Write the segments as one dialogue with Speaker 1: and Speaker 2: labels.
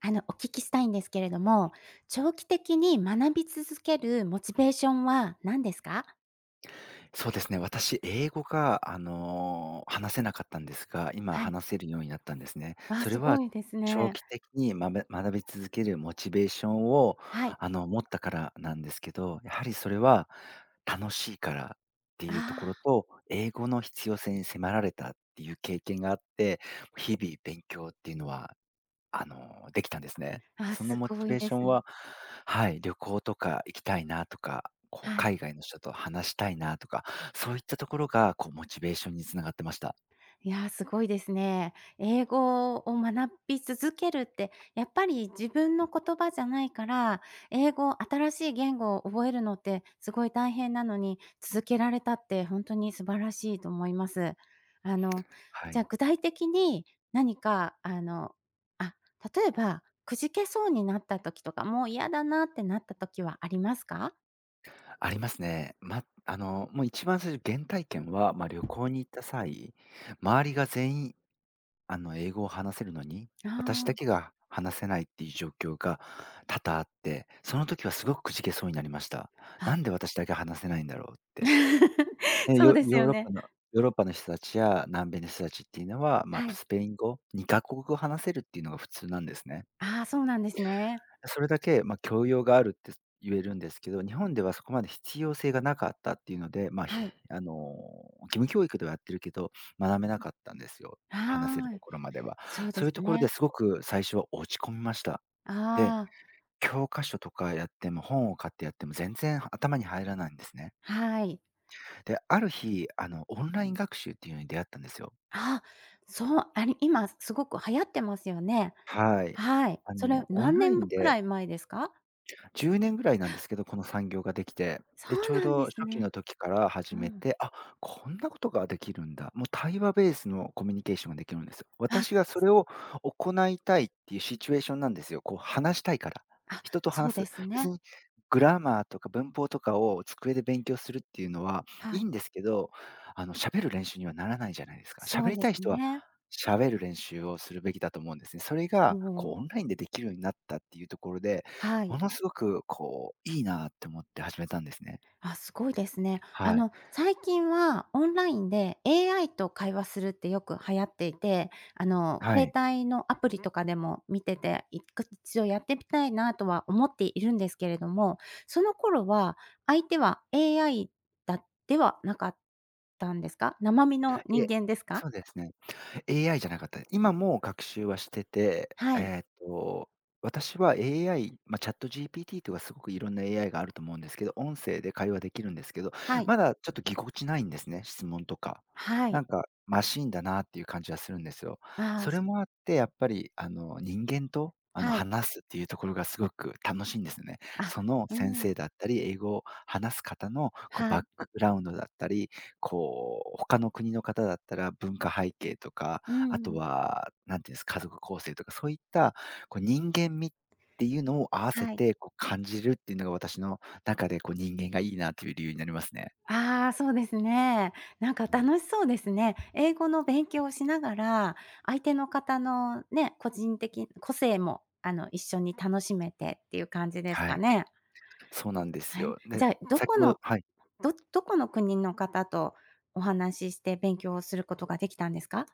Speaker 1: お聞きしたいんですけれども、長期的に学び続けるモチベーションは何ですか？
Speaker 2: そうですね、私、英語が、話せなかったんですが、今
Speaker 1: はい。
Speaker 2: 話せるようになったんですね。
Speaker 1: ああ、
Speaker 2: それ
Speaker 1: す
Speaker 2: は
Speaker 1: ごいです
Speaker 2: 長
Speaker 1: ね。
Speaker 2: 期的に学び続けるモチベーションを、
Speaker 1: はい。
Speaker 2: 持ったからなんですけど、やはりそれは楽しいからっていうとこ
Speaker 1: あ
Speaker 2: ろと、英語の必要性に迫られたっていう経験があって、日々勉強っていうのはできたんですね。
Speaker 1: あ、ああ、
Speaker 2: その
Speaker 1: す
Speaker 2: モ
Speaker 1: ご
Speaker 2: チ
Speaker 1: い
Speaker 2: ベー
Speaker 1: で
Speaker 2: ショ
Speaker 1: す。
Speaker 2: ンは、はい、旅行とか行きたいなとか、こう
Speaker 1: はい。
Speaker 2: 海外の人と話したいなとか、そういったところが、こうモチベーションに繋がってました。
Speaker 1: いやー、すごいですね。英語を学び続けるって、やっぱり自分の言葉じゃないから、英語新しい言語を覚えるのってすごい大変なのに、続けられたって本当に素晴らしいと思います。あの、
Speaker 2: は
Speaker 1: じゃあ
Speaker 2: い。
Speaker 1: 具体的に何かあ、例えば、くじけそうになった時とか、もう嫌だなってなった時はありますか？
Speaker 2: ありますね。ま、あの、もう一番最初、原体験は、旅行に行った際、周りが全員、英語を話せるのに、私だ
Speaker 1: あ
Speaker 2: けが話せないっていう状況が多々あって、その時はすごくくじけそうになりました。
Speaker 1: あ、
Speaker 2: な
Speaker 1: あ、
Speaker 2: んで私だけ話せないんだろうって。え、
Speaker 1: そう
Speaker 2: ヨ
Speaker 1: です
Speaker 2: ヨ
Speaker 1: よ
Speaker 2: ーロッ
Speaker 1: ね。
Speaker 2: パのヨーロッパの人たちや南米の人たちっていうのは、
Speaker 1: はい。
Speaker 2: スペイン語、2カ国語話せるっていうのが普通なんですね。
Speaker 1: ああ、そうなんですね。
Speaker 2: それだけ、教養があるって言えるんですけど、日本ではそこまで必要性がなかったっていうので、ま、ひ
Speaker 1: はい。
Speaker 2: あの、義務教育ではやってるけど、学べなかったんですよ。話せる
Speaker 1: は
Speaker 2: と
Speaker 1: い。
Speaker 2: ころまでは。
Speaker 1: そう
Speaker 2: そ
Speaker 1: で
Speaker 2: うい
Speaker 1: す
Speaker 2: うところで
Speaker 1: ね。
Speaker 2: すごく最初は落ち込みました。で、
Speaker 1: ああ、
Speaker 2: 教科書とかやっても、本を買ってやっても全然頭に入らないんですね。
Speaker 1: はい。
Speaker 2: で、ある日、オンライン学習っていうのに出会ったんですよ。
Speaker 1: あ、そう、あれ、今すごく流行ってますよね。
Speaker 2: はい。
Speaker 1: はい。それ
Speaker 2: オン
Speaker 1: 何
Speaker 2: ライ
Speaker 1: 年
Speaker 2: ン
Speaker 1: く
Speaker 2: で、
Speaker 1: らい前ですか？
Speaker 2: 10年ぐらいなんですけど、この産業ができて。
Speaker 1: そ
Speaker 2: で、ち
Speaker 1: う
Speaker 2: ょう
Speaker 1: なんで
Speaker 2: ど
Speaker 1: す
Speaker 2: 初期
Speaker 1: ね。
Speaker 2: の時から始
Speaker 1: う
Speaker 2: め
Speaker 1: ん。
Speaker 2: て、あ、こんなことができるんだ。もう対話ベースのコミュニケーションができるんですよ。私が
Speaker 1: あ、
Speaker 2: それを行いたいっていうシチュエーションなんですよ。こう話したいから。
Speaker 1: あ、
Speaker 2: 人と
Speaker 1: そう
Speaker 2: 話
Speaker 1: で
Speaker 2: す。
Speaker 1: す
Speaker 2: 別
Speaker 1: ね。
Speaker 2: にグラマーとか文法とかを机で勉強するっていうのはい
Speaker 1: は
Speaker 2: い
Speaker 1: い。
Speaker 2: んですけど、喋る練習にはならないじゃないですか。
Speaker 1: そ
Speaker 2: 喋
Speaker 1: う
Speaker 2: り
Speaker 1: で
Speaker 2: た
Speaker 1: す
Speaker 2: い人は
Speaker 1: ね。
Speaker 2: 喋る練習をするべきだと思うんですね。それ
Speaker 1: も
Speaker 2: がこうオ
Speaker 1: う
Speaker 2: ンラインでできるようになったっていうところで、
Speaker 1: は
Speaker 2: も
Speaker 1: い。
Speaker 2: のすごくこう、いいなって思って始めたんですね。
Speaker 1: あ、すごいですね。
Speaker 2: はい。
Speaker 1: 最近はオンラインで AI と会話するってよく流行っていて、
Speaker 2: は
Speaker 1: 携
Speaker 2: い。
Speaker 1: 帯のアプリとかでも見てて、一度やってみたいなとは思っているんですけれども、その頃は相手は AI ではなかったんですか？生身の人
Speaker 2: え、
Speaker 1: 間ですか？
Speaker 2: そうですね。AI じゃなかった。今も学習はしてて、
Speaker 1: はい、
Speaker 2: 私は AI、まあ、ChatGPT とかすごくいろんな AI があると思うんですけど、音声で会話できるんですけど、
Speaker 1: はい、
Speaker 2: まだちょっとぎこちないんですね、質問とか。
Speaker 1: はい。
Speaker 2: なんか、マシーンだなっていう感じはするんですよ。
Speaker 1: ああ、
Speaker 2: それもあって、やっぱり、人間と、
Speaker 1: はい。
Speaker 2: 話すっていうところがすごく楽しいんですね。
Speaker 1: あ、
Speaker 2: その
Speaker 1: う
Speaker 2: 先
Speaker 1: ん、
Speaker 2: 生だったり、英語を話す方の、こう、
Speaker 1: は
Speaker 2: バ
Speaker 1: い、
Speaker 2: ックグラウンドだったりこう、他の国の方だったら文化背景とか、
Speaker 1: う
Speaker 2: あと
Speaker 1: ん、
Speaker 2: は、なんていうんです、家族構成とか、そういった、こう、人間味っていうのを合わせ
Speaker 1: はい。
Speaker 2: て、こう、感じるっていうのが私の中で、こう、人間がいいなという理由になりますね。
Speaker 1: ああ、そうですね。なんか
Speaker 2: うん。
Speaker 1: 楽しそうですね。英語の勉強をしながら、相手の方のね、個人的個性も、一緒に楽しめてっていう感じです
Speaker 2: は
Speaker 1: か
Speaker 2: い、
Speaker 1: ね。
Speaker 2: そうなんです
Speaker 1: はい。
Speaker 2: よ。
Speaker 1: じ
Speaker 2: で、
Speaker 1: ゃあ、ど
Speaker 2: さっき
Speaker 1: この
Speaker 2: もはい、
Speaker 1: どどこの国の方とお話しして勉強をすることができたんですか？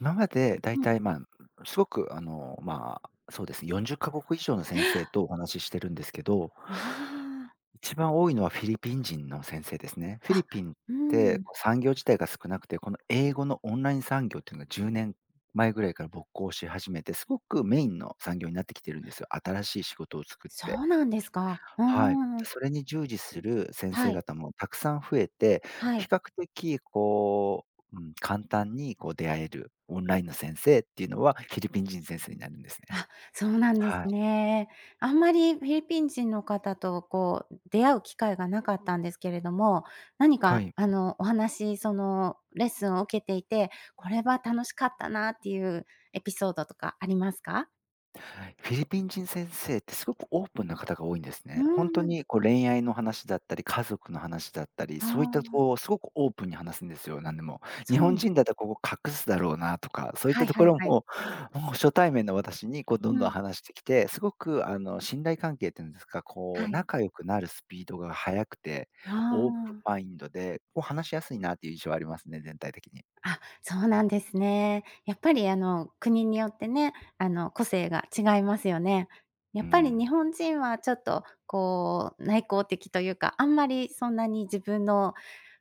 Speaker 2: 今までだい
Speaker 1: うん。
Speaker 2: たい、まあ、すごく、まあ、そうですね、40カ国以上の先生 とお話ししてるんですけど、
Speaker 1: あ
Speaker 2: 一番多いのはフィリピン人の先生ですね。フ
Speaker 1: あ、
Speaker 2: ィ
Speaker 1: あ、
Speaker 2: リピンっ
Speaker 1: う
Speaker 2: て
Speaker 1: ん、
Speaker 2: こう産業自体が少なくて、この英語のオンライン産業っていうのが10年前ぐらいから勃興し始めて、すごくメインの産業になってきてるんですよ。新しい仕事を作っ
Speaker 1: そ
Speaker 2: て。
Speaker 1: うなんですか。う
Speaker 2: はい。
Speaker 1: んうんうん。
Speaker 2: それに従事する先
Speaker 1: は
Speaker 2: 生
Speaker 1: い、
Speaker 2: 方もたくさん増えて、
Speaker 1: は
Speaker 2: 比
Speaker 1: い。
Speaker 2: 較的こう、うん、簡単にこう出会えるオンラインの先生っていうのは、フィリピン人先生になるんですね。
Speaker 1: あ、そうなんです
Speaker 2: はい。
Speaker 1: ね。あんまりフィリピン人の方とこう出会う機会がなかったんですけれども、何
Speaker 2: は
Speaker 1: か
Speaker 2: い。
Speaker 1: お話、そのレッスンを受けていて、これは楽しかったなっていうエピソードとかありますか？
Speaker 2: はい、フィリピン人先生ってすごくオープンな方が多いんです
Speaker 1: う
Speaker 2: ね。ほん
Speaker 1: ん
Speaker 2: と
Speaker 1: うん。
Speaker 2: にこう恋愛の話だったり、家族の話だったり、
Speaker 1: あ
Speaker 2: そういったと
Speaker 1: あ、
Speaker 2: こうすごくオープンに話すんですよ、なんでも。日
Speaker 1: そう
Speaker 2: 本
Speaker 1: なん
Speaker 2: 人だったらここ隠すだろうなとか、そういっ
Speaker 1: は
Speaker 2: た
Speaker 1: い
Speaker 2: と
Speaker 1: は
Speaker 2: こ
Speaker 1: い
Speaker 2: ろ
Speaker 1: はい。
Speaker 2: も、もう初対面の私にこうど
Speaker 1: う
Speaker 2: んどん
Speaker 1: ん、
Speaker 2: 話してきて、すごく信頼関係っていうんですか、こ
Speaker 1: は
Speaker 2: う
Speaker 1: い。
Speaker 2: 仲良くなるスピードが速くて、
Speaker 1: あ
Speaker 2: オープンマ
Speaker 1: あ。
Speaker 2: インドで、こう話しやすいなっていう印象はありますね、全体的に。
Speaker 1: あ、そうなんですね。やっぱり国によってね、個性が違いますよね。や
Speaker 2: う
Speaker 1: っぱり日
Speaker 2: ん。
Speaker 1: 本人はちょっとこう、内向的というか、あんまりそんなに自分の、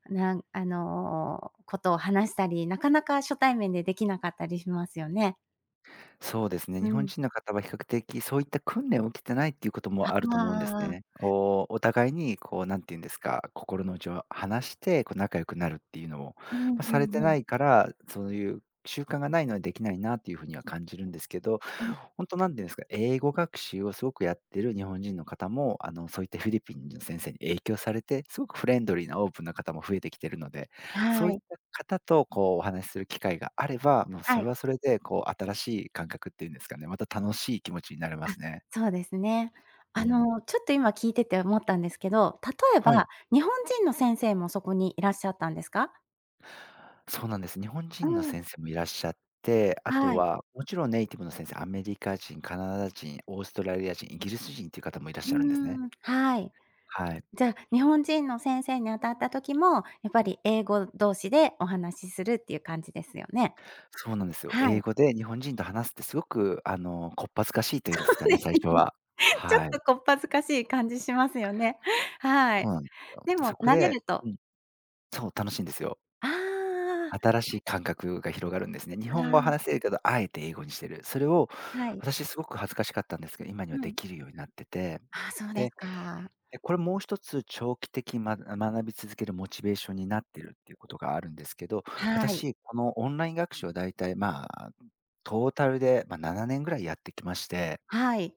Speaker 1: なんあの、ことを話したり、なかなか初対面でできなかったりしますよね。
Speaker 2: そうですね、
Speaker 1: う
Speaker 2: 日本
Speaker 1: ん。
Speaker 2: 人の方は比較的そういった訓練を受けてないっていうこともあると思うんです
Speaker 1: ああ
Speaker 2: ね。こう、お互いにこう、なんて言うんですか、心の内を話して、こう仲良くなるっていうのを、ま
Speaker 1: うん
Speaker 2: あ、
Speaker 1: う
Speaker 2: され
Speaker 1: ん
Speaker 2: て
Speaker 1: うん。
Speaker 2: ないから、そういう習慣がないのでできないなっていうふうには感じるんですけど、
Speaker 1: うん。
Speaker 2: 本当なんていうんですか、英語学習をすごくやってる日本人の方も、そういったフィリピン人の先生に影響されて、すごくフレンドリーなオープンな方も増えてきてるので、
Speaker 1: は
Speaker 2: そういっ
Speaker 1: い。
Speaker 2: た方とこうお話しする機会があれば、もう
Speaker 1: は
Speaker 2: そ
Speaker 1: い。
Speaker 2: れはそれでこう新しい感覚っていうんですかね、また楽しい気持ちになれま
Speaker 1: あ、
Speaker 2: すね。
Speaker 1: そうですね。
Speaker 2: うん。
Speaker 1: ちょっと今聞いてて思ったんですけど、例え
Speaker 2: は
Speaker 1: ば、
Speaker 2: い。
Speaker 1: 日本人の先生もそこにいらっしゃったんですか？
Speaker 2: そうなんです。日本
Speaker 1: う
Speaker 2: 人の
Speaker 1: ん。
Speaker 2: 先生もいらっしゃって、あと
Speaker 1: はい。
Speaker 2: はもちろんネイティブの先生、アメリカ人、カナダ人、オーストラリア人、イギリス人っていう方もいらっ
Speaker 1: う
Speaker 2: しゃるんですね。
Speaker 1: ーん、はい。
Speaker 2: はい。
Speaker 1: じゃあ、日本人の先生に当たった時も、やっぱり英語同士でお話しするっていう感じですよね？
Speaker 2: そうなんですよ。
Speaker 1: はい。
Speaker 2: 英語で日本人と話すってすごく、こっぱずかしいとい
Speaker 1: そ
Speaker 2: うんで
Speaker 1: う
Speaker 2: すか
Speaker 1: で
Speaker 2: ね、
Speaker 1: す
Speaker 2: 最初
Speaker 1: よね。
Speaker 2: は。
Speaker 1: ちょっ
Speaker 2: は
Speaker 1: と
Speaker 2: い。
Speaker 1: こっぱずかしい感じしますよね。は
Speaker 2: そ
Speaker 1: い。
Speaker 2: うなんですよ。
Speaker 1: でも
Speaker 2: そこ
Speaker 1: 慣れ
Speaker 2: で
Speaker 1: ると
Speaker 2: うん、そう、楽しいんですよ。
Speaker 1: ああ、
Speaker 2: 新しい感覚が広がるんですね。日
Speaker 1: あ
Speaker 2: 本語を
Speaker 1: あ、
Speaker 2: 話せるけど、あえて英語にしてる。それを
Speaker 1: はい。
Speaker 2: 私すごく恥ずかしかったんですけど、今に
Speaker 1: う
Speaker 2: はで
Speaker 1: ん。
Speaker 2: きるようになってて。
Speaker 1: ああ、そうです
Speaker 2: で、
Speaker 1: か。
Speaker 2: これもう一つ長期的に学び続けるモチベーションになってるっていうことがあるんですけど、
Speaker 1: はい。
Speaker 2: 私、このオンライン学習をだいたい、まあ、トータルで、まあ、7年ぐらいやってきまして、
Speaker 1: はい。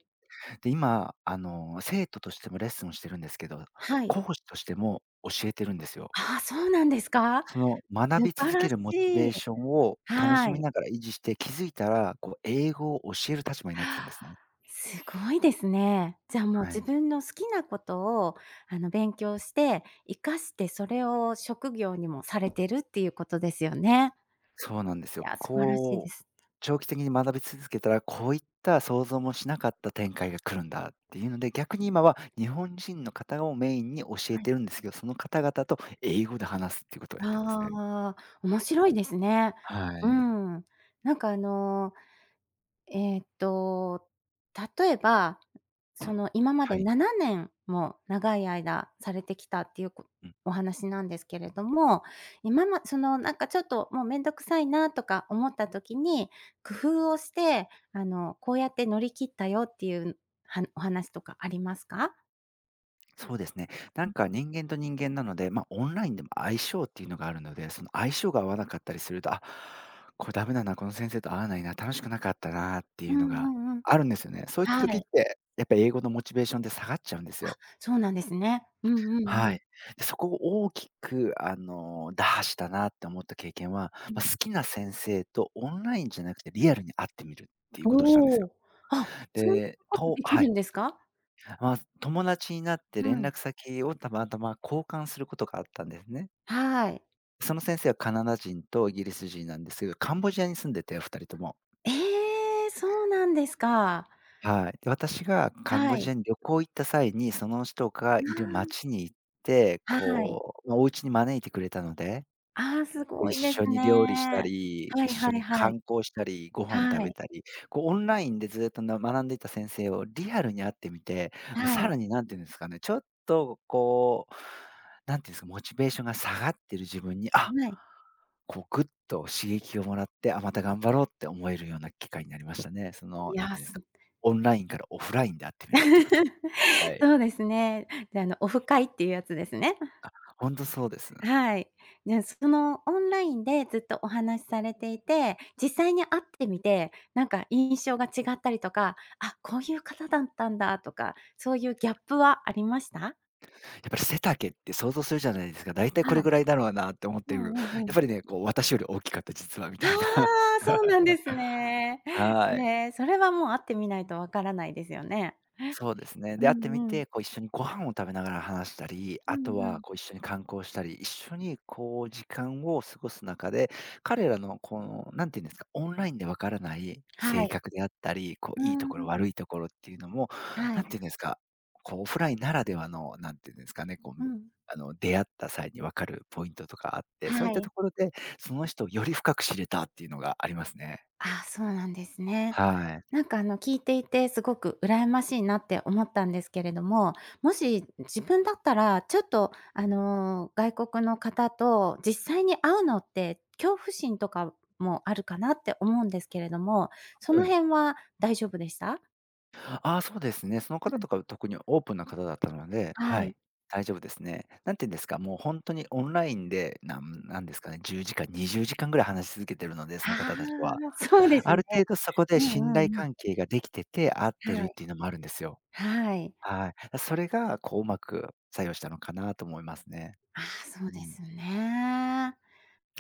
Speaker 2: で、今、生徒としてもレッスンをしてるんですけど、
Speaker 1: はい。
Speaker 2: 講師としても教えてるんですよ。
Speaker 1: ああ、そうなんですか？
Speaker 2: その学
Speaker 1: 素
Speaker 2: び
Speaker 1: 晴
Speaker 2: 続
Speaker 1: ら
Speaker 2: け
Speaker 1: し
Speaker 2: るモチベ
Speaker 1: い。
Speaker 2: ーションを楽
Speaker 1: は
Speaker 2: しみ
Speaker 1: い。
Speaker 2: ながら維持して、気づいたら、こう英語を教える立場になってたんですね。
Speaker 1: すごいですね。じゃあ、もう
Speaker 2: は
Speaker 1: 自
Speaker 2: い。
Speaker 1: 分の好きなことを、勉強して活かして、それを職業にもされてるっていうことですよね。
Speaker 2: そうなんです
Speaker 1: い
Speaker 2: よ。
Speaker 1: や、素晴らしいで
Speaker 2: こう、
Speaker 1: す。
Speaker 2: 長期的に学び続けたら、こういった想像もしなかった展開が来るんだっていうので、逆に今は日本人の方をメインに教え
Speaker 1: はい。
Speaker 2: てるんですけど、その方々と英語で話すっていうことをやってるんですね。
Speaker 1: ああ、面白いですね。
Speaker 2: は
Speaker 1: う
Speaker 2: い。
Speaker 1: ん。なんか、えっと、例えば、その、今ま
Speaker 2: は
Speaker 1: で
Speaker 2: い。
Speaker 1: 7年も長い間されてきたっていう
Speaker 2: うん。
Speaker 1: お話なんですけれども、その、なんかちょっともうめんどくさいなとか思った時に、工夫をして、こうやって乗り切ったよっていう、お話とかありますか？
Speaker 2: そうですね。なんか人間と人間なので、まあ、オンラインでも相性っていうのがあるので、その相性が合わなかったりすると、あ、これダメだな、この先生と合わないな、楽しくなかったなって
Speaker 1: う
Speaker 2: い
Speaker 1: ん
Speaker 2: うの
Speaker 1: う
Speaker 2: が
Speaker 1: んうん。
Speaker 2: あるんですよね。そういった
Speaker 1: は
Speaker 2: 時っ
Speaker 1: い、
Speaker 2: て、やっぱり英語のモチベーションで下がっちゃうんですよ。
Speaker 1: そうなんですね。うんうんう
Speaker 2: は
Speaker 1: ん。
Speaker 2: い。で、そこを大きく打破したなって思った経験は、
Speaker 1: う
Speaker 2: ま
Speaker 1: ん。
Speaker 2: あ、好きな先生とオンラインじゃなくてリアルに会ってみるっていうことをしたんです
Speaker 1: お
Speaker 2: よ。
Speaker 1: お、あ、そんな
Speaker 2: で、
Speaker 1: こと
Speaker 2: と
Speaker 1: でき
Speaker 2: は
Speaker 1: る
Speaker 2: い。
Speaker 1: んですか？
Speaker 2: まあ、友達になって
Speaker 1: う
Speaker 2: 連
Speaker 1: ん。
Speaker 2: 絡先をたまたま交換することがあったんですね。
Speaker 1: はい。
Speaker 2: その先生はカナダ人とイギリス人なんですけど、カンボジアに住んでて2人とも。
Speaker 1: ええ、そうなんですか。
Speaker 2: はい。で、私がカンボ
Speaker 1: はい。
Speaker 2: ジアに旅行行った際に、その人がいる町に行って、
Speaker 1: ああ、はい。
Speaker 2: こう、まあ、お家に招いてくれたので
Speaker 1: ああ、す
Speaker 2: こう、
Speaker 1: ご
Speaker 2: 一
Speaker 1: いです
Speaker 2: 緒に
Speaker 1: ね。
Speaker 2: 料理した
Speaker 1: は
Speaker 2: り、一
Speaker 1: い
Speaker 2: 緒
Speaker 1: はい
Speaker 2: に
Speaker 1: はい。
Speaker 2: 観光したり、ご飯食
Speaker 1: は
Speaker 2: べ
Speaker 1: い。
Speaker 2: たり、こう、オンラインでずっとな学んでいた先生をリアルに会ってみて、ま
Speaker 1: は
Speaker 2: さ
Speaker 1: い。
Speaker 2: らに何て言うんですかね、ちょっとこう、何て言うんですか、モチベーションが下がってる自分に、あ、
Speaker 1: はい。
Speaker 2: こうぐっと刺激をもらって、あ、また頑張ろうって思えるような機会になりましたね。その、
Speaker 1: い
Speaker 2: 何て
Speaker 1: や、
Speaker 2: 言うんですか、オンラインからオフラインで会ってみるっていうこと。は い。
Speaker 1: そうですね。で、オフ会っていうやつですね。
Speaker 2: ほんとそうですね。
Speaker 1: はい。で、そのオンラインでずっとお話しされていて、実際に会ってみて、なんか印象が違ったりとか、あ、こういう方だったんだとか、そういうギャップはありました？
Speaker 2: やっぱり背丈って想像するじゃないですか。だいたいこ
Speaker 1: は
Speaker 2: れ
Speaker 1: い。
Speaker 2: ぐらいだろうなって思って
Speaker 1: う
Speaker 2: る。
Speaker 1: んうんう
Speaker 2: やっ
Speaker 1: ん。
Speaker 2: ぱりね、こう私より大きかった実はみ
Speaker 1: あ
Speaker 2: たいな。
Speaker 1: あ、そうなんです ね。
Speaker 2: はい。
Speaker 1: ね、それはもう会ってみないとわからないですよね。
Speaker 2: そうですね。
Speaker 1: う
Speaker 2: で、会ってみ
Speaker 1: んうん。
Speaker 2: て、こう一緒にご飯を食べながら話したり、
Speaker 1: う
Speaker 2: あと
Speaker 1: んう
Speaker 2: は
Speaker 1: ん。
Speaker 2: こう一緒に観光したり、一緒にこう時間を過ごす中で、彼らのこの、何て言うんですか、オンラインでわからない
Speaker 1: は
Speaker 2: 性
Speaker 1: い。
Speaker 2: 格であったり、こ
Speaker 1: う
Speaker 2: ういいと
Speaker 1: ー
Speaker 2: ころ悪
Speaker 1: ん。
Speaker 2: いところっていうのも、
Speaker 1: はい。
Speaker 2: 何て言うんですか、こうオフラインならではの、何て言うんですかね、こう、
Speaker 1: うん。
Speaker 2: 出会った際にわかるポイントとかあって、そうい
Speaker 1: は
Speaker 2: った
Speaker 1: い。
Speaker 2: ところで、その人をより深く知れたっていうのがありますね。
Speaker 1: ああ、そうなんですね。
Speaker 2: は
Speaker 1: なんか聞いていてすごく羨ましいなって思ったんですけれども、もし自分だったらちょっと外国の方と実際に会うのって恐怖心とかもあるかなって思うんですけれども、その
Speaker 2: い。
Speaker 1: 辺は大丈夫でした？
Speaker 2: ああ、そうですね。その
Speaker 1: う
Speaker 2: 方
Speaker 1: ん。
Speaker 2: とか特にオープンな方だったので、
Speaker 1: は
Speaker 2: は
Speaker 1: い。
Speaker 2: い、大丈夫ですね。なんて言うんですか、もう本当にオンラインで、なんなんですかね、10時間、20時間ぐらい話し続けてるので、そ
Speaker 1: あ
Speaker 2: の
Speaker 1: あ、
Speaker 2: 方たちは。
Speaker 1: そうです
Speaker 2: あ
Speaker 1: ね。
Speaker 2: る程度そこ
Speaker 1: う
Speaker 2: で
Speaker 1: ん
Speaker 2: 信
Speaker 1: うん
Speaker 2: 頼
Speaker 1: うん。
Speaker 2: 関係ができてて、合って
Speaker 1: は
Speaker 2: るっ
Speaker 1: い。
Speaker 2: ていうのもあるんですよ。
Speaker 1: はい。
Speaker 2: はい。それがこう、うまく作用したのかなと思いますね。
Speaker 1: ああ、そう
Speaker 2: う
Speaker 1: で
Speaker 2: ん。
Speaker 1: すね。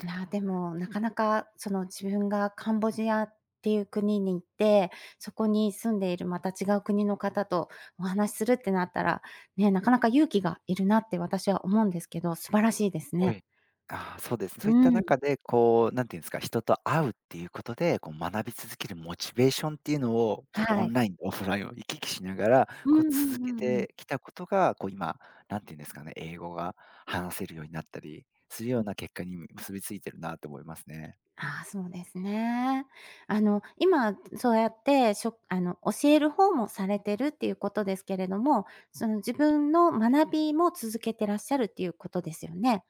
Speaker 1: いや、でも、なかなか、その、自分がカンボジアっていう国に行って、そこに住んでいるまた違う国の方とお話しするってなったら、ね、なかなか勇気がいるなって私は思うんですけど、素晴らしいです
Speaker 2: は
Speaker 1: ね。
Speaker 2: い。ああ、そうです。そ
Speaker 1: う
Speaker 2: ういった
Speaker 1: ん。
Speaker 2: 中で、こう、なんていうんですか、人と会うっていうことで、こう学び続けるモチベーションっていうのを、こう
Speaker 1: は
Speaker 2: オン
Speaker 1: い。
Speaker 2: ラインとオフラインを行き来しながら、
Speaker 1: うん
Speaker 2: こう
Speaker 1: う
Speaker 2: 続
Speaker 1: んう
Speaker 2: け
Speaker 1: んうん。
Speaker 2: てきたことが、こう今、なんていうんですかね、英語が話せるようになったりするような結果に結びついてるなと思いますね。
Speaker 1: ああ、そうですね。今そうやって、しょあの、教える方もされてるっていうことですけれども、その、自分の学びも続けてらっしゃるっていうことですよね？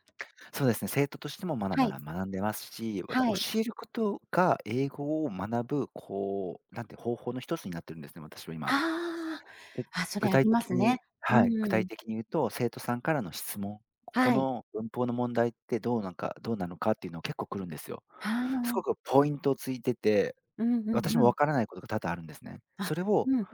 Speaker 2: そうですね、生徒としてもまだ
Speaker 1: は
Speaker 2: ま
Speaker 1: い、
Speaker 2: だ学んでますし、また
Speaker 1: はい。
Speaker 2: 教えることが英語を学ぶ、こう、なんて方法の一つになってるんですね、私は今。
Speaker 1: あ
Speaker 2: で
Speaker 1: あ、あ、それ
Speaker 2: 具
Speaker 1: あ
Speaker 2: 体
Speaker 1: りま
Speaker 2: 的
Speaker 1: すね。
Speaker 2: に
Speaker 1: う
Speaker 2: はい、具体
Speaker 1: ん。
Speaker 2: 的に言うと、生徒さんからの質問、ここ
Speaker 1: はい。
Speaker 2: の文法の問題ってどうなんかどうなのかっていうのが結構来るんですよ。
Speaker 1: は
Speaker 2: すご
Speaker 1: い
Speaker 2: くポイントをついてて、
Speaker 1: うんうんう
Speaker 2: 私も
Speaker 1: ん。
Speaker 2: わからないことが多々あるんですね。
Speaker 1: あ、
Speaker 2: それを、
Speaker 1: うん、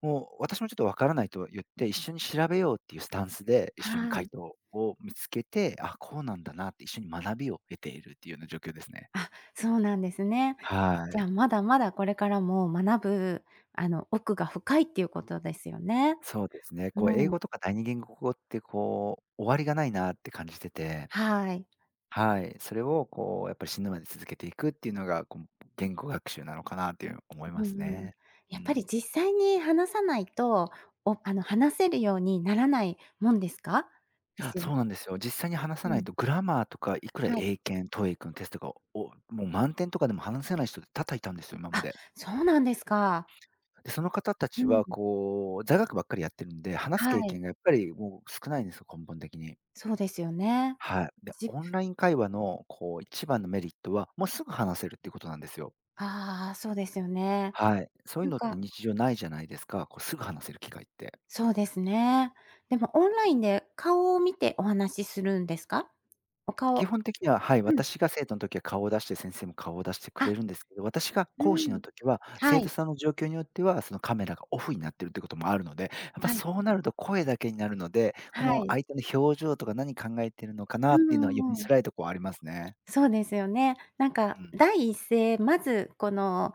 Speaker 2: もう私もちょっとわからないと言って、一緒に調べようっていうスタンスで、一緒に
Speaker 1: は
Speaker 2: 回
Speaker 1: い。
Speaker 2: 答を見つけて、あ、こうなんだなって一緒に学びを得ているっていうような状況ですね。
Speaker 1: あ、そうなんですね。
Speaker 2: は
Speaker 1: じゃあ、
Speaker 2: い。
Speaker 1: まだまだこれからも学ぶ、奥が深いっていうことですよね。
Speaker 2: そうですね。こう英
Speaker 1: うん、
Speaker 2: 語とか第二言語語ってこう、終わりがないなって感じてて
Speaker 1: はい。
Speaker 2: はい、それをこうやっぱり死ぬまで続けていくっていうのが、こう言語学習なのかなっていう思いま
Speaker 1: う
Speaker 2: す
Speaker 1: んうん。
Speaker 2: ね。う
Speaker 1: やっぱ
Speaker 2: ん。
Speaker 1: り実際に話さないと、話せるようにならないもんですか？で
Speaker 2: あ、
Speaker 1: すよね
Speaker 2: そうなんですよ。実際に話さ
Speaker 1: う
Speaker 2: ない
Speaker 1: ん、
Speaker 2: とグラマーとかいくら
Speaker 1: はい。
Speaker 2: 英検、TOEIC のテストが、おもう満点とかでも話せない人って多々いたんですよ、今ま
Speaker 1: あ、
Speaker 2: で。
Speaker 1: そうなんですか。
Speaker 2: で、その方た
Speaker 1: う
Speaker 2: ち
Speaker 1: ん、
Speaker 2: はこう座学ばっかりやってるんで、話す
Speaker 1: は
Speaker 2: 経
Speaker 1: い。
Speaker 2: 験がやっぱりもう少ないんですよ、根本的に。
Speaker 1: そうですよね。
Speaker 2: はい。で、
Speaker 1: じ
Speaker 2: オンライン会話のこう一番のメリットは、もうすぐ話せるっていうことなんですよ。
Speaker 1: ああ、そうですよね。
Speaker 2: はい。そうい
Speaker 1: な
Speaker 2: う
Speaker 1: ん
Speaker 2: のって
Speaker 1: か
Speaker 2: 日常ないじゃないですか、こうすぐ話せる機会って。
Speaker 1: そうですね。でもオンラインで顔を見てお話しするんですか？お
Speaker 2: 基
Speaker 1: 顔
Speaker 2: 本的には、はい、
Speaker 1: うん。
Speaker 2: 私が生徒の時は顔を出して、先生も顔を出してく
Speaker 1: あ、
Speaker 2: れるんですけど、私が
Speaker 1: う
Speaker 2: 講師の
Speaker 1: ん。
Speaker 2: 時は、
Speaker 1: は
Speaker 2: 生徒
Speaker 1: い。
Speaker 2: さんの状況によっては、そのカメラがオフになってるってこともあるので、やっぱ
Speaker 1: はい。
Speaker 2: そうなると声だけになるので、こ
Speaker 1: は
Speaker 2: の
Speaker 1: い。
Speaker 2: 相手の表情とか何考えてるのか
Speaker 1: う
Speaker 2: なっ
Speaker 1: ん
Speaker 2: ていうのは読
Speaker 1: う
Speaker 2: み
Speaker 1: んうん。
Speaker 2: づらいとこはありますね。
Speaker 1: そうですよね。なんか
Speaker 2: うん。
Speaker 1: 第一声、まずこの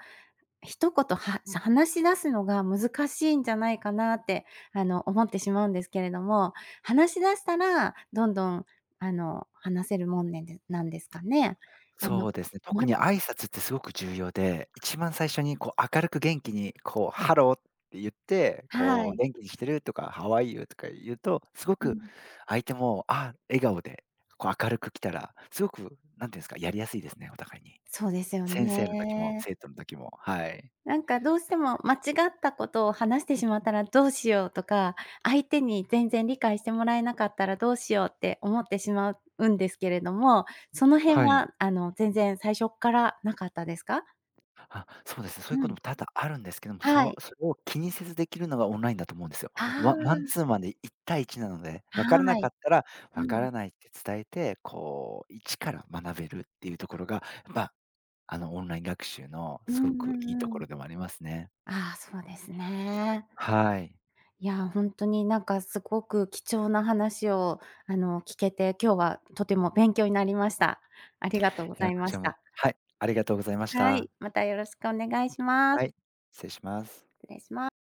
Speaker 1: 一言は話し出すのが難しいんじゃないかなって、思ってしまうんですけれども、話し出したらどんどん、話せるもんねんでなんですかね？あの、
Speaker 2: そうですね。特
Speaker 1: ま
Speaker 2: に挨拶ってすごく重要で、一番最初にこう明るく元気にこう「ハロー」って言って、
Speaker 1: は
Speaker 2: こう
Speaker 1: い。
Speaker 2: 「元気にしてる？」とか「ハワイユー？」とか言うと、すご
Speaker 1: う
Speaker 2: く
Speaker 1: ん、
Speaker 2: 相手も、あ、笑顔でこう明るく来たら、すごく、なんていうんですか、やりやすいですね、お互いに。
Speaker 1: そうですよ
Speaker 2: 先生の時も
Speaker 1: ね。
Speaker 2: 生徒の時も、はい。
Speaker 1: なんかどうしても間違ったことを話してしまったらどうしようとか、相手に全然理解してもらえなかったらどうしようって思ってしまうんですけれども、その辺
Speaker 2: はい。
Speaker 1: は全然最初っからなかったですか？
Speaker 2: あ、そうですね。そう
Speaker 1: う
Speaker 2: いうこと
Speaker 1: ん。
Speaker 2: も多々あるんですけども、
Speaker 1: は
Speaker 2: そ
Speaker 1: い。
Speaker 2: それを気にせずできるのがオンラインだと思うんですよ。ワマン
Speaker 1: あ
Speaker 2: ツーマンで1対1なので、
Speaker 1: あ、
Speaker 2: 分から
Speaker 1: は
Speaker 2: なか
Speaker 1: い。
Speaker 2: ったら、
Speaker 1: う
Speaker 2: 分か
Speaker 1: ん。
Speaker 2: らないって伝えて、こう、一から学べるっていうところが、やっぱ、オンライン学習の
Speaker 1: う
Speaker 2: す
Speaker 1: ん
Speaker 2: ご
Speaker 1: う
Speaker 2: くいいと
Speaker 1: んう
Speaker 2: こ
Speaker 1: ん。
Speaker 2: ろでもありますね。
Speaker 1: ああ、そうですね。
Speaker 2: はい。
Speaker 1: いや、ほんとになんかすごく貴重な話を聞けて、今日はとても勉強になりました。ありがとうご
Speaker 2: い
Speaker 1: ざ
Speaker 2: や、
Speaker 1: い
Speaker 2: こ
Speaker 1: ま
Speaker 2: ち
Speaker 1: し
Speaker 2: らも
Speaker 1: た。
Speaker 2: はい、ありがとうございまし
Speaker 1: は
Speaker 2: た。
Speaker 1: い、またよろしくお願いします。
Speaker 2: はい、失礼します。
Speaker 1: 失礼します。